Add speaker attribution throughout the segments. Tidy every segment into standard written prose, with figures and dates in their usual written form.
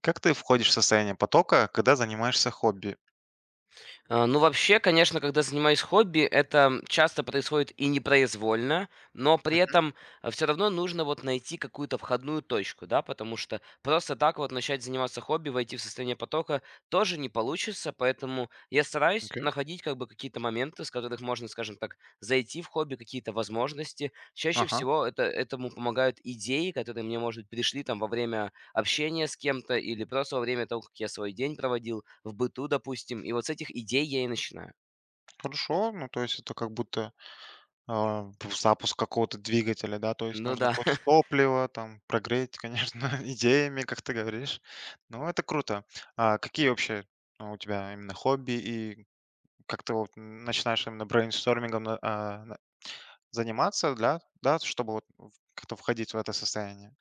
Speaker 1: Как ты входишь в состояние потока, когда занимаешься хобби?
Speaker 2: Вообще, конечно, когда занимаюсь хобби, это часто происходит и непроизвольно, но при
Speaker 1: Мгм.
Speaker 2: этом все равно нужно вот найти какую-то входную точку, да, потому что просто так вот начать заниматься хобби, войти в состояние потока тоже не получится, поэтому я стараюсь
Speaker 1: Окей.
Speaker 2: находить как бы какие-то моменты, с которых можно, скажем так, зайти в хобби, какие-то возможности. Чаще
Speaker 1: Ага,
Speaker 2: всего этому помогают идеи, которые мне, может быть, пришли там во время общение с кем-то или просто во время того, как я свой день проводил в быту, допустим. И вот с этих идей я и начинаю.
Speaker 1: хорошо. Ну, то есть это как будто запуск какого-то двигателя, да, то есть
Speaker 2: Ну
Speaker 1: нужно
Speaker 2: да.
Speaker 1: какое-то топливо, там, прогреть, конечно, идеями, как ты говоришь. Ну, это круто. А какие вообще у тебя именно хобби и как ты вот начинаешь именно брейнстормингом заниматься, да, да, чтобы вот как-то входить в это состояние?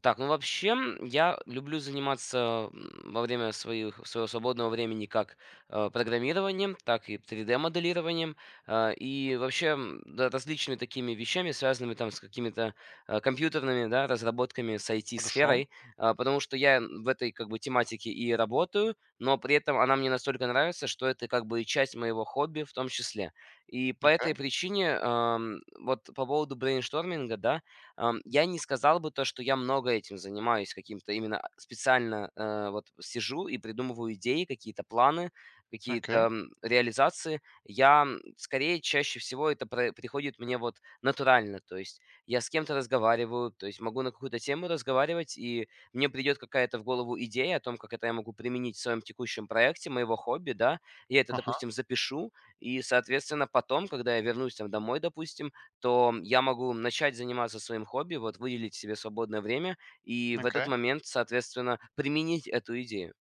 Speaker 2: Так, ну вообще, я люблю заниматься во время своего свободного времени как программированием, так и 3D-моделированием, и вообще да, различными такими вещами, связанными там с какими-то компьютерными, да, разработками, с
Speaker 1: Хорошо,
Speaker 2: IT-сферой, потому что я в этой как бы тематике и работаю, но при этом она мне настолько нравится, что это как бы и часть моего хобби в том числе. И по этой
Speaker 1: окей,
Speaker 2: причине, вот по поводу брейншторминга, да. Я не сказал бы то, что я много этим занимаюсь, каким-то именно специально, вот сижу и придумываю идеи, какие-то планы, какие-то,
Speaker 1: окей,
Speaker 2: реализации. Я, скорее, чаще всего это пре приходит мне вот натурально. То есть я с кем-то разговариваю, то есть могу на какую-то тему разговаривать, и мне придет какая-то в голову идея о том, как это я могу применить в своем текущем проекте, моего хобби, да. Я это,
Speaker 1: ага,
Speaker 2: допустим, запишу, и, соответственно, потом, когда я вернусь там домой, допустим, то я могу начать заниматься своим хобби, вот выделить себе свободное время и в этот
Speaker 1: окей.
Speaker 2: момент, соответственно, применить эту идею.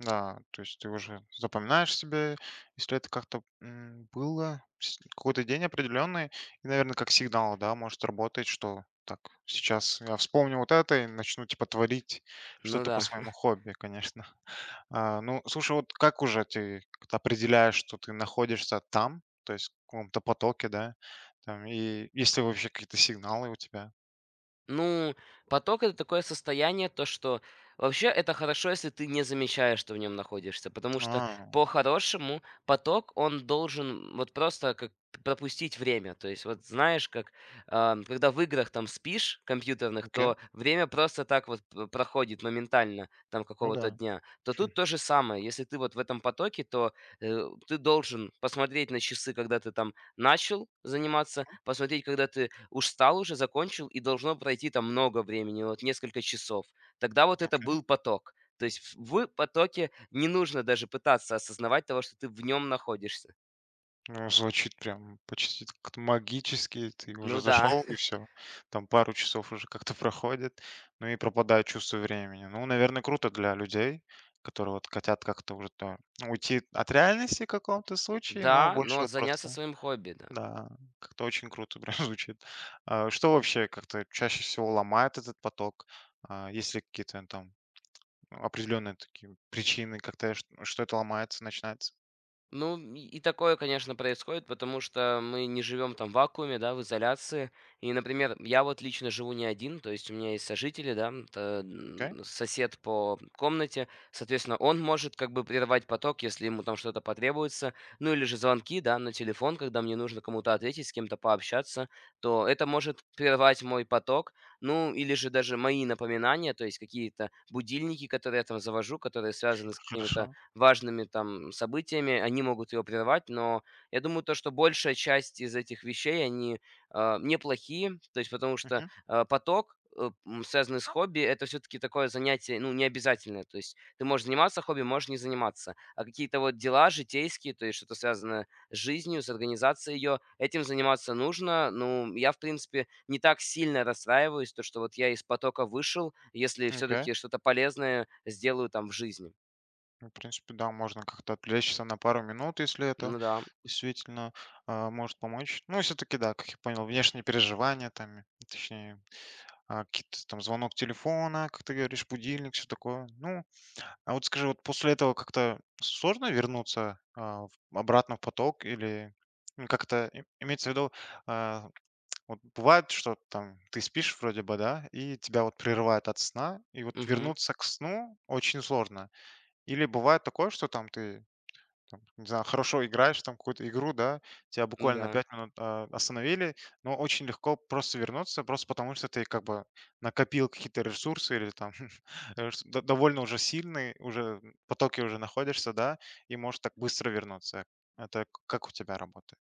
Speaker 1: Да, то есть ты уже запоминаешь себе, если это как-то было какой-то день определенный, и, наверное, как сигнал, да, может работать, что так, сейчас я вспомню вот это и начну, типа, творить
Speaker 2: Ну
Speaker 1: что-то по
Speaker 2: да.
Speaker 1: своему хобби, конечно. А, ну, слушай, вот как уже ты как-то определяешь, что ты находишься там, то есть в каком-то потоке, да, там, и есть ли вообще какие-то сигналы у тебя?
Speaker 2: Ну, поток это такое состояние, то что вообще это хорошо, если ты не замечаешь, что в нем находишься, потому что
Speaker 1: А,
Speaker 2: по-хорошему поток он должен вот просто как пропустить время. То есть вот знаешь, как когда в играх там спишь компьютерных,
Speaker 1: окей,
Speaker 2: то время просто так вот проходит моментально там
Speaker 1: ну
Speaker 2: какого-то
Speaker 1: да.
Speaker 2: дня. То тут то же самое. Если ты вот в этом потоке, то ты должен посмотреть на часы, когда ты там начал заниматься, посмотреть, когда ты закончил, и должно пройти там много времени, вот несколько часов. Тогда вот это был поток. То есть в потоке не нужно даже пытаться осознавать того, что ты в нем находишься.
Speaker 1: Ну, звучит прям почти как-то магически. Ты уже
Speaker 2: Ну да,
Speaker 1: зашел и все. Там пару часов уже как-то проходит, ну и пропадает чувство времени. Ну, наверное, круто для людей, которые вот хотят как-то уже то ну, уйти от реальности в каком-то случае, но
Speaker 2: да,
Speaker 1: больше
Speaker 2: но
Speaker 1: вот
Speaker 2: заняться
Speaker 1: просто,
Speaker 2: своим хобби, да.
Speaker 1: да, как-то очень круто прям звучит. А что вообще как-то чаще всего ломает этот поток? А, есть ли какие-то ну, там определенные такие причины, как-то что это ломается, начинается?
Speaker 2: Ну, и такое, конечно, происходит, потому что мы не живем там в вакууме, да, в изоляции. И, например, я вот лично живу не один, то есть у меня есть сожители, да,
Speaker 1: Окей,
Speaker 2: сосед по комнате, соответственно, он может как бы прервать поток, если ему там что-то потребуется, ну или же звонки, да, на телефон, когда мне нужно кому-то ответить, с кем-то пообщаться, то это может прервать мой поток, ну или же даже мои напоминания, то есть какие-то будильники, которые я там завожу, которые связаны с какими-то
Speaker 1: хорошо.
Speaker 2: важными там событиями, они могут ее прервать, но я думаю, то, что большая часть из этих вещей, они неплохие, то есть потому что
Speaker 1: Мгм.
Speaker 2: поток, связанный с хобби, это все-таки такое занятие, ну, не обязательное, то есть ты можешь заниматься хобби, можешь не заниматься, а какие-то вот дела житейские, то есть что-то связанное с жизнью, с организацией ее, этим заниматься нужно, ну, я, в принципе, не так сильно расстраиваюсь, то, что вот я из потока вышел, если
Speaker 1: Окей.
Speaker 2: все-таки что-то полезное сделаю там в жизни.
Speaker 1: Ну, в принципе, да, можно как-то отвлечься на пару минут, если это
Speaker 2: Ну да.
Speaker 1: действительно может помочь. Ну, все-таки, да, как я понял, внешние переживания, там, точнее, а, какие-то там звонок телефона, как ты говоришь, будильник, все такое. Ну, а вот скажи, вот после этого как-то сложно вернуться обратно в поток или ну, как-то имеется в виду, а, вот бывает, что там ты спишь вроде бы, да, и тебя вот прерывает от сна, и вот
Speaker 2: Мгм.
Speaker 1: вернуться к сну очень сложно. Или бывает такое, что там ты там, не знаю, хорошо играешь там какую-то игру, да, тебя буквально на
Speaker 2: Да.
Speaker 1: 5 минут остановили, но очень легко просто вернуться, просто потому что ты как бы накопил какие-то ресурсы или там довольно уже сильный, уже в потоке уже находишься, да, и можешь так быстро вернуться. Это как у тебя работает?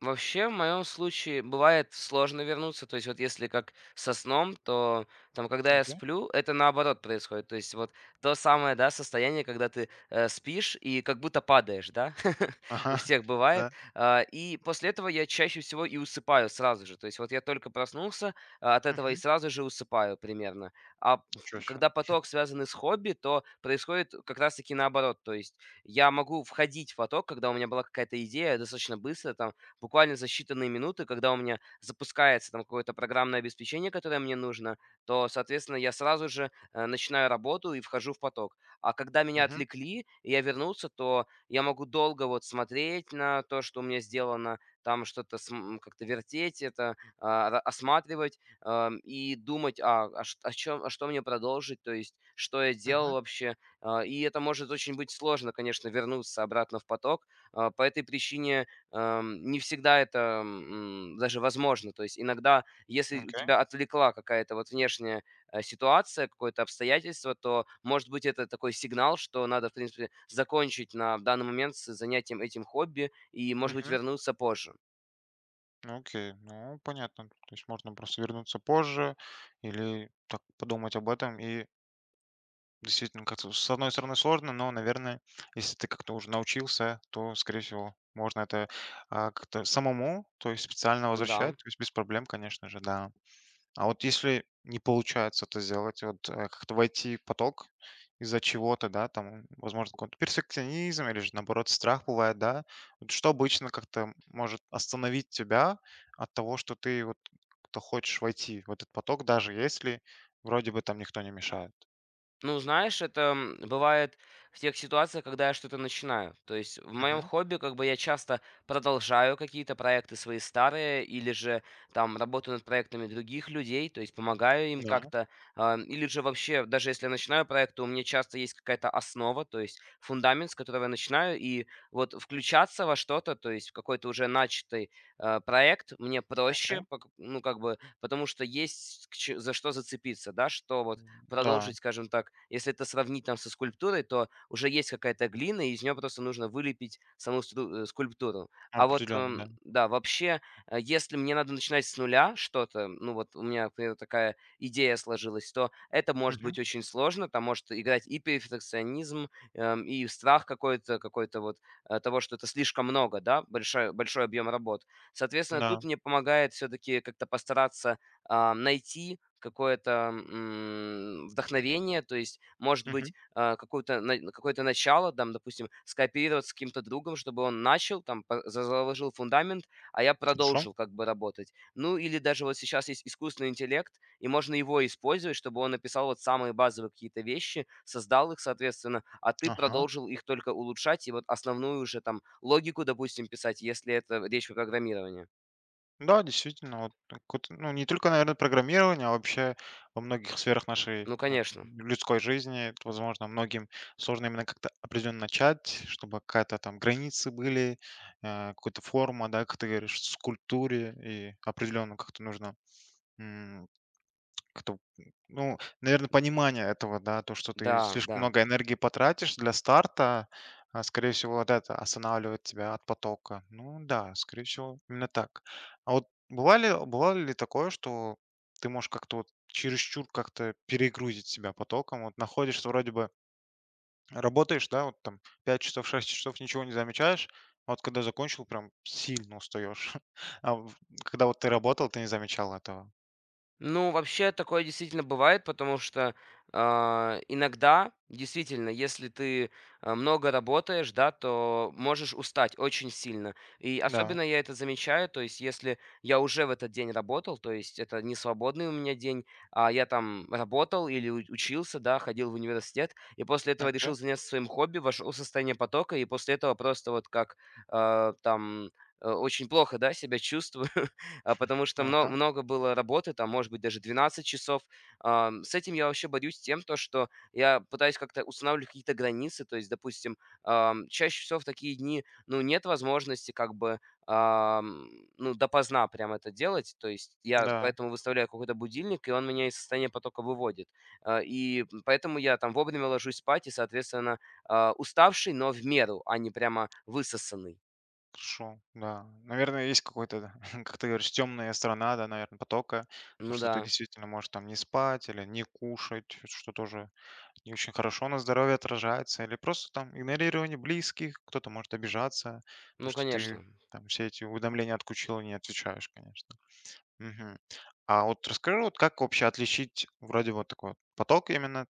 Speaker 2: Вообще, в моем случае бывает сложно вернуться. То есть вот если как со сном, то там, когда я
Speaker 1: Окей.
Speaker 2: сплю, это наоборот происходит. То есть вот то самое, да, состояние, когда ты спишь и как будто падаешь, да,
Speaker 1: Ага.
Speaker 2: у всех бывает.
Speaker 1: Да.
Speaker 2: И после этого я чаще всего и усыпаю сразу же. То есть вот я только проснулся от этого и
Speaker 1: Мгм.
Speaker 2: сразу же усыпаю примерно. А
Speaker 1: Ничего себе.
Speaker 2: когда поток связанный с хобби, то происходит как раз-таки наоборот. То есть я могу входить в поток, когда у меня была какая-то идея достаточно быстро, там, буквально за считанные минуты, когда у меня запускается там какое-то программное обеспечение, которое мне нужно, то, соответственно, я сразу же начинаю работу и вхожу в поток. А когда меня
Speaker 1: Мгм.
Speaker 2: отвлекли, и я вернулся, то я могу долго вот смотреть на то, что у меня сделано, там что-то как-то вертеть, это осматривать, и думать, о чем, а что мне продолжить, то есть что я делал
Speaker 1: Мгм.
Speaker 2: вообще. И это может очень быть сложно, конечно, вернуться обратно в поток. А, по этой причине Ам, не всегда это, даже возможно. То есть иногда, если у
Speaker 1: Окей.
Speaker 2: тебя отвлекла какая-то вот внешняя, ситуация, какое-то обстоятельство, то, может быть, это такой сигнал, что надо, в принципе, закончить на в данный момент с занятием этим хобби и, может быть,
Speaker 1: Мгм.
Speaker 2: вернуться позже.
Speaker 1: Ну, окей. Ну, понятно. То есть можно просто вернуться позже или так подумать об этом и действительно, как-то с одной стороны сложно, но, наверное, если ты как-то уже научился, то, скорее всего, можно это а, как-то самому, то есть специально
Speaker 2: Да.
Speaker 1: возвращать, то есть без проблем, конечно же, да. А вот если не получается это сделать, вот э, как-то войти в поток из-за чего-то, да, там, возможно, какой-то перфекционизм или же, наоборот, страх бывает, да, вот что обычно как-то может остановить тебя от того, что ты вот как-то хочешь войти в этот поток, даже если вроде бы там никто не мешает.
Speaker 2: Ну, знаешь, это бывает в тех ситуациях, когда я что-то начинаю. То есть в моем
Speaker 1: Мгм.
Speaker 2: хобби как бы я часто продолжаю какие-то проекты свои старые или же там работаю над проектами других людей, то есть помогаю им
Speaker 1: Да.
Speaker 2: как-то. Или же вообще, даже если я начинаю проект, то у меня часто есть какая-то основа, то есть фундамент, с которого я начинаю. И вот включаться во что-то, то есть в какой-то уже начатый проект мне
Speaker 1: Окей.
Speaker 2: проще, ну как бы, потому что есть за что зацепиться, да, что вот
Speaker 1: Да,
Speaker 2: продолжить, скажем так, если это сравнить там со скульптурой, то уже есть какая-то глина, и из нее просто нужно вылепить скульптуру. А вот,
Speaker 1: определенно, да.
Speaker 2: да, вообще, если мне надо начинать с нуля что-то, ну вот у меня, например, такая идея сложилась, то это может
Speaker 1: Мгм.
Speaker 2: быть очень сложно, там может играть и перфекционизм, и страх какой-то, какой-то вот того, что это слишком много, да, большой, большой объем работ. Соответственно,
Speaker 1: Да.
Speaker 2: тут мне помогает все-таки как-то постараться найти какое-то, вдохновение, то есть, может
Speaker 1: Мгм.
Speaker 2: быть, какую-то на какое-то начало, там, допустим, скооперироваться с каким-то другом, чтобы он начал, там, по за заложил фундамент, а я
Speaker 1: Хорошо.
Speaker 2: продолжил как бы работать. Ну, или даже вот сейчас есть искусственный интеллект, и можно его использовать, чтобы он написал вот самые базовые какие-то вещи, создал их, соответственно, а ты
Speaker 1: Ага.
Speaker 2: продолжил их только улучшать, и вот основную уже там логику, допустим, писать, если это речь про программирование.
Speaker 1: Да, действительно, вот какое-то, ну, не только, наверное, программирование, а вообще во многих сферах нашей
Speaker 2: Ну,
Speaker 1: ну,
Speaker 2: конечно.
Speaker 1: людской жизни, это, возможно, многим сложно именно как-то определенно начать, чтобы какая-то там границы были, э, какая-то форма, да, как ты говоришь, скульптуре, и определенно как-то нужно кто, ну, наверное, понимание этого, да, то, что ты
Speaker 2: Да,
Speaker 1: слишком
Speaker 2: да.
Speaker 1: много энергии потратишь для старта, а, скорее всего, вот это останавливает тебя от потока. Ну да, скорее всего, именно так. А вот бывали бывало ли такое, что ты можешь как-то вот чересчур как-то перегрузить себя потоком? Вот находишься, вроде бы работаешь, да, вот там 5 часов, 6 часов, ничего не замечаешь, а вот когда закончил, прям сильно устаешь. А в когда вот ты работал, ты не замечал этого.
Speaker 2: Ну, вообще такое действительно бывает, потому что иногда, действительно, если ты много работаешь, да, то можешь устать очень сильно. И
Speaker 1: Да,
Speaker 2: особенно я это замечаю, то есть если я уже в этот день работал, то есть это не свободный у меня день, а я там работал или учился, да, ходил в университет, и после этого
Speaker 1: окей.
Speaker 2: решил заняться своим хобби, вошел в состояние потока, и после этого просто вот как а, там очень плохо, да, себя чувствую, потому что
Speaker 1: Ага,
Speaker 2: много было работы, там, может быть, даже 12 часов. С этим я вообще борюсь тем, то, что я пытаюсь как-то устанавливать какие-то границы. То есть, допустим, чаще всего в такие дни, ну, нет возможности как бы, ам, ну, допоздна прям это делать. То есть я
Speaker 1: да.
Speaker 2: поэтому выставляю какой-то будильник, и он меня из состояния потока выводит. И поэтому я там вовремя ложусь спать и, соответственно, уставший, но в меру, а не прямо высосанный.
Speaker 1: Хорошо, да. Наверное, есть какой-то, да, как ты говоришь, темная сторона, да, наверное, потока. То,
Speaker 2: Ну
Speaker 1: что ты
Speaker 2: да,
Speaker 1: действительно можешь там не спать или не кушать, что тоже не очень хорошо на здоровье отражается. Или просто там игнорирование близких, кто-то может обижаться. То,
Speaker 2: ну,
Speaker 1: что ты
Speaker 2: конечно.
Speaker 1: там все эти уведомления отключил и не отвечаешь, конечно. Мгм. А вот расскажи, вот как вообще отличить вроде вот такой вот поток именно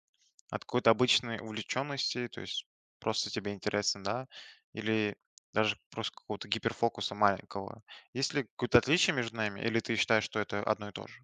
Speaker 1: от какой-то обычной увлеченности, то есть просто тебе интересно, да, или даже просто какого-то гиперфокуса маленького. Есть ли какое-то отличие между нами, или ты считаешь, что это одно и то же?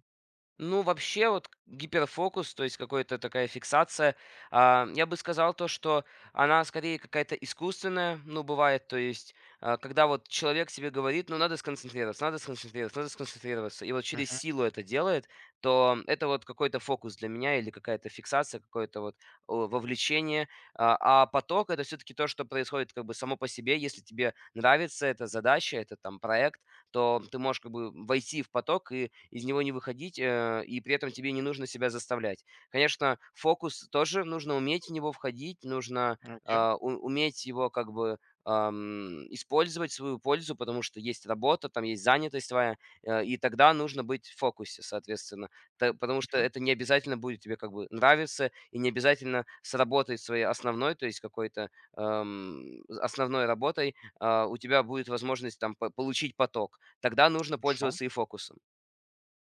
Speaker 2: Ну, вообще, вот гиперфокус, то есть какая-то такая фиксация, я бы сказал то, что она скорее какая-то искусственная, ну, бывает, то есть, когда вот человек себе говорит, ну, надо сконцентрироваться, надо сконцентрироваться, надо сконцентрироваться, и вот через
Speaker 1: Мгм.
Speaker 2: силу это делает, то это вот какой-то фокус для меня или какая-то фиксация, какое-то вот вовлечение, а поток это все-таки то, что происходит как бы само по себе, если тебе нравится эта задача, это там проект, то ты можешь как бы войти в поток и из него не выходить, и при этом тебе не нужно себя заставлять. Конечно, фокус тоже нужно уметь в него входить, нужно
Speaker 1: Ну, окей.
Speaker 2: уметь его как бы использовать в свою пользу, потому что есть работа, там есть занятость твоя, и тогда нужно быть в фокусе, соответственно. Потому что
Speaker 1: Мгм.
Speaker 2: это не обязательно будет тебе как бы нравиться, и не обязательно сработать своей основной, то есть какой-то основной работой, у тебя будет возможность там получить поток. Тогда нужно
Speaker 1: Хорошо.
Speaker 2: пользоваться и фокусом.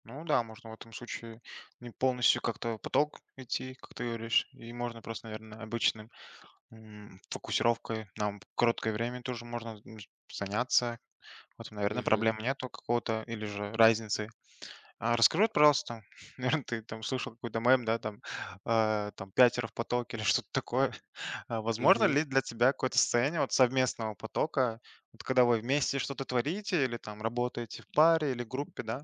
Speaker 1: Ну да, можно в этом случае не полностью как-то поток идти, как ты говоришь, и можно просто, наверное, обычным фокусировкой на короткое время тоже можно заняться. Вот, наверное,
Speaker 2: Мгм,
Speaker 1: проблем нету какого-то или же разницы. А расскажи, вот, пожалуйста, наверно, ты там слышал какой-то мем, да, там, э, там "пятеро в потоке" или что-то такое. А возможно
Speaker 2: мгм.
Speaker 1: ли для тебя какое-то состояние вот совместного потока, вот когда вы вместе что-то творите или там работаете в паре или группе, да?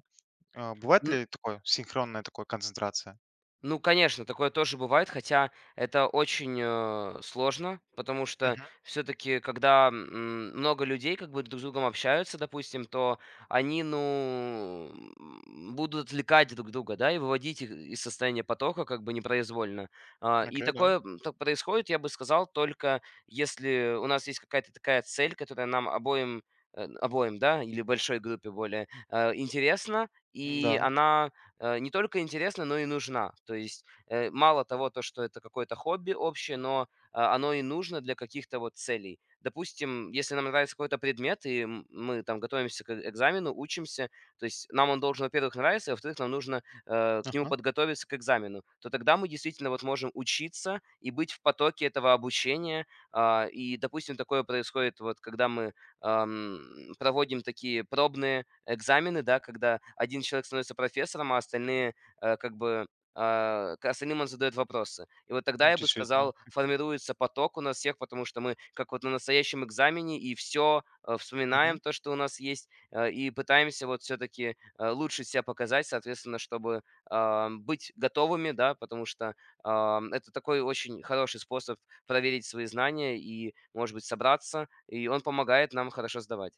Speaker 1: А, бывает ли такое, синхронная такая концентрация?
Speaker 2: Ну, конечно, такое тоже бывает, хотя это очень сложно, потому что
Speaker 1: Мгм.
Speaker 2: все-таки, когда много людей как бы друг с другом общаются, допустим, то они, ну, будут отвлекать друг друга, да, и выводить их из состояния потока как бы непроизвольно.
Speaker 1: Окей, да.
Speaker 2: Так происходит, я бы сказал, только если у нас есть какая-то такая цель, которая нам обоим, да, или большой группе более интересна, и
Speaker 1: Да.
Speaker 2: она не только интересна, но и нужна. То есть мало того, то, что это какое-то хобби общее, но оно и нужно для каких-то вот целей. Допустим, если нам нравится какой-то предмет, и мы там готовимся к экзамену, учимся, то есть нам он должен, во-первых, нравиться, а во-вторых, нам нужно к нему
Speaker 1: Ага.
Speaker 2: подготовиться к экзамену, то тогда мы действительно вот можем учиться и быть в потоке этого обучения. И, допустим, такое происходит вот, когда мы ам, проводим такие пробные экзамены, да, когда один человек становится профессором, а остальные э, как бы к остальным он задает вопросы. И вот тогда
Speaker 1: Ну,
Speaker 2: я бы
Speaker 1: действительно.
Speaker 2: сказал, формируется поток у нас всех, потому что мы как вот на настоящем экзамене и все вспоминаем то, что у нас есть, и пытаемся вот все-таки лучше себя показать, соответственно, чтобы быть готовыми, да, потому что это такой очень хороший способ проверить свои знания и, может быть, собраться и он помогает нам хорошо сдавать.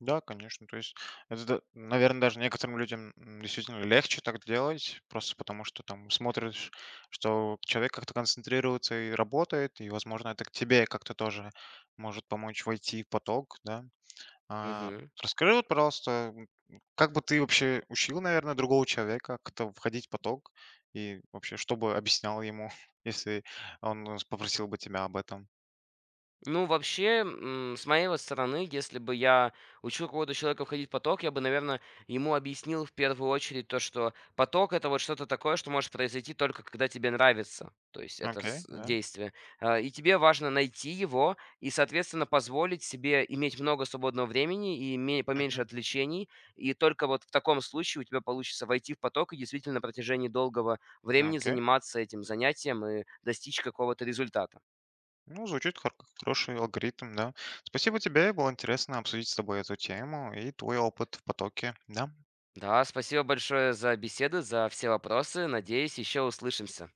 Speaker 1: Да, конечно. То есть это, наверное, даже некоторым людям действительно легче так делать, просто потому что там смотришь, что человек как-то концентрируется и работает, и, возможно, это к тебе как-то тоже может помочь войти в поток, да. А,
Speaker 2: Мгм.
Speaker 1: расскажи, вот, пожалуйста, как бы ты вообще учил, наверное, другого человека как-то входить в поток, и вообще, что бы объяснял ему, если он э, попросил бы тебя об этом?
Speaker 2: Ну, вообще, с моей вот стороны, если бы я учил какого-то человека входить в поток, я бы, наверное, ему объяснил в первую очередь то, что поток — это вот что-то такое, что может произойти только когда тебе нравится, то есть это
Speaker 1: Окей, да.
Speaker 2: действие. И тебе важно найти его и, соответственно, позволить себе иметь много свободного времени и поменьше
Speaker 1: Мгм.
Speaker 2: отвлечений. И только вот в таком случае у тебя получится войти в поток и действительно на протяжении долгого времени
Speaker 1: Окей.
Speaker 2: заниматься этим занятием и достичь какого-то результата.
Speaker 1: Ну, звучит как хороший алгоритм, да. Спасибо тебе, было интересно обсудить с тобой эту тему и твой опыт в потоке, да.
Speaker 2: Да, спасибо большое за беседу, за все вопросы. Надеюсь, еще услышимся.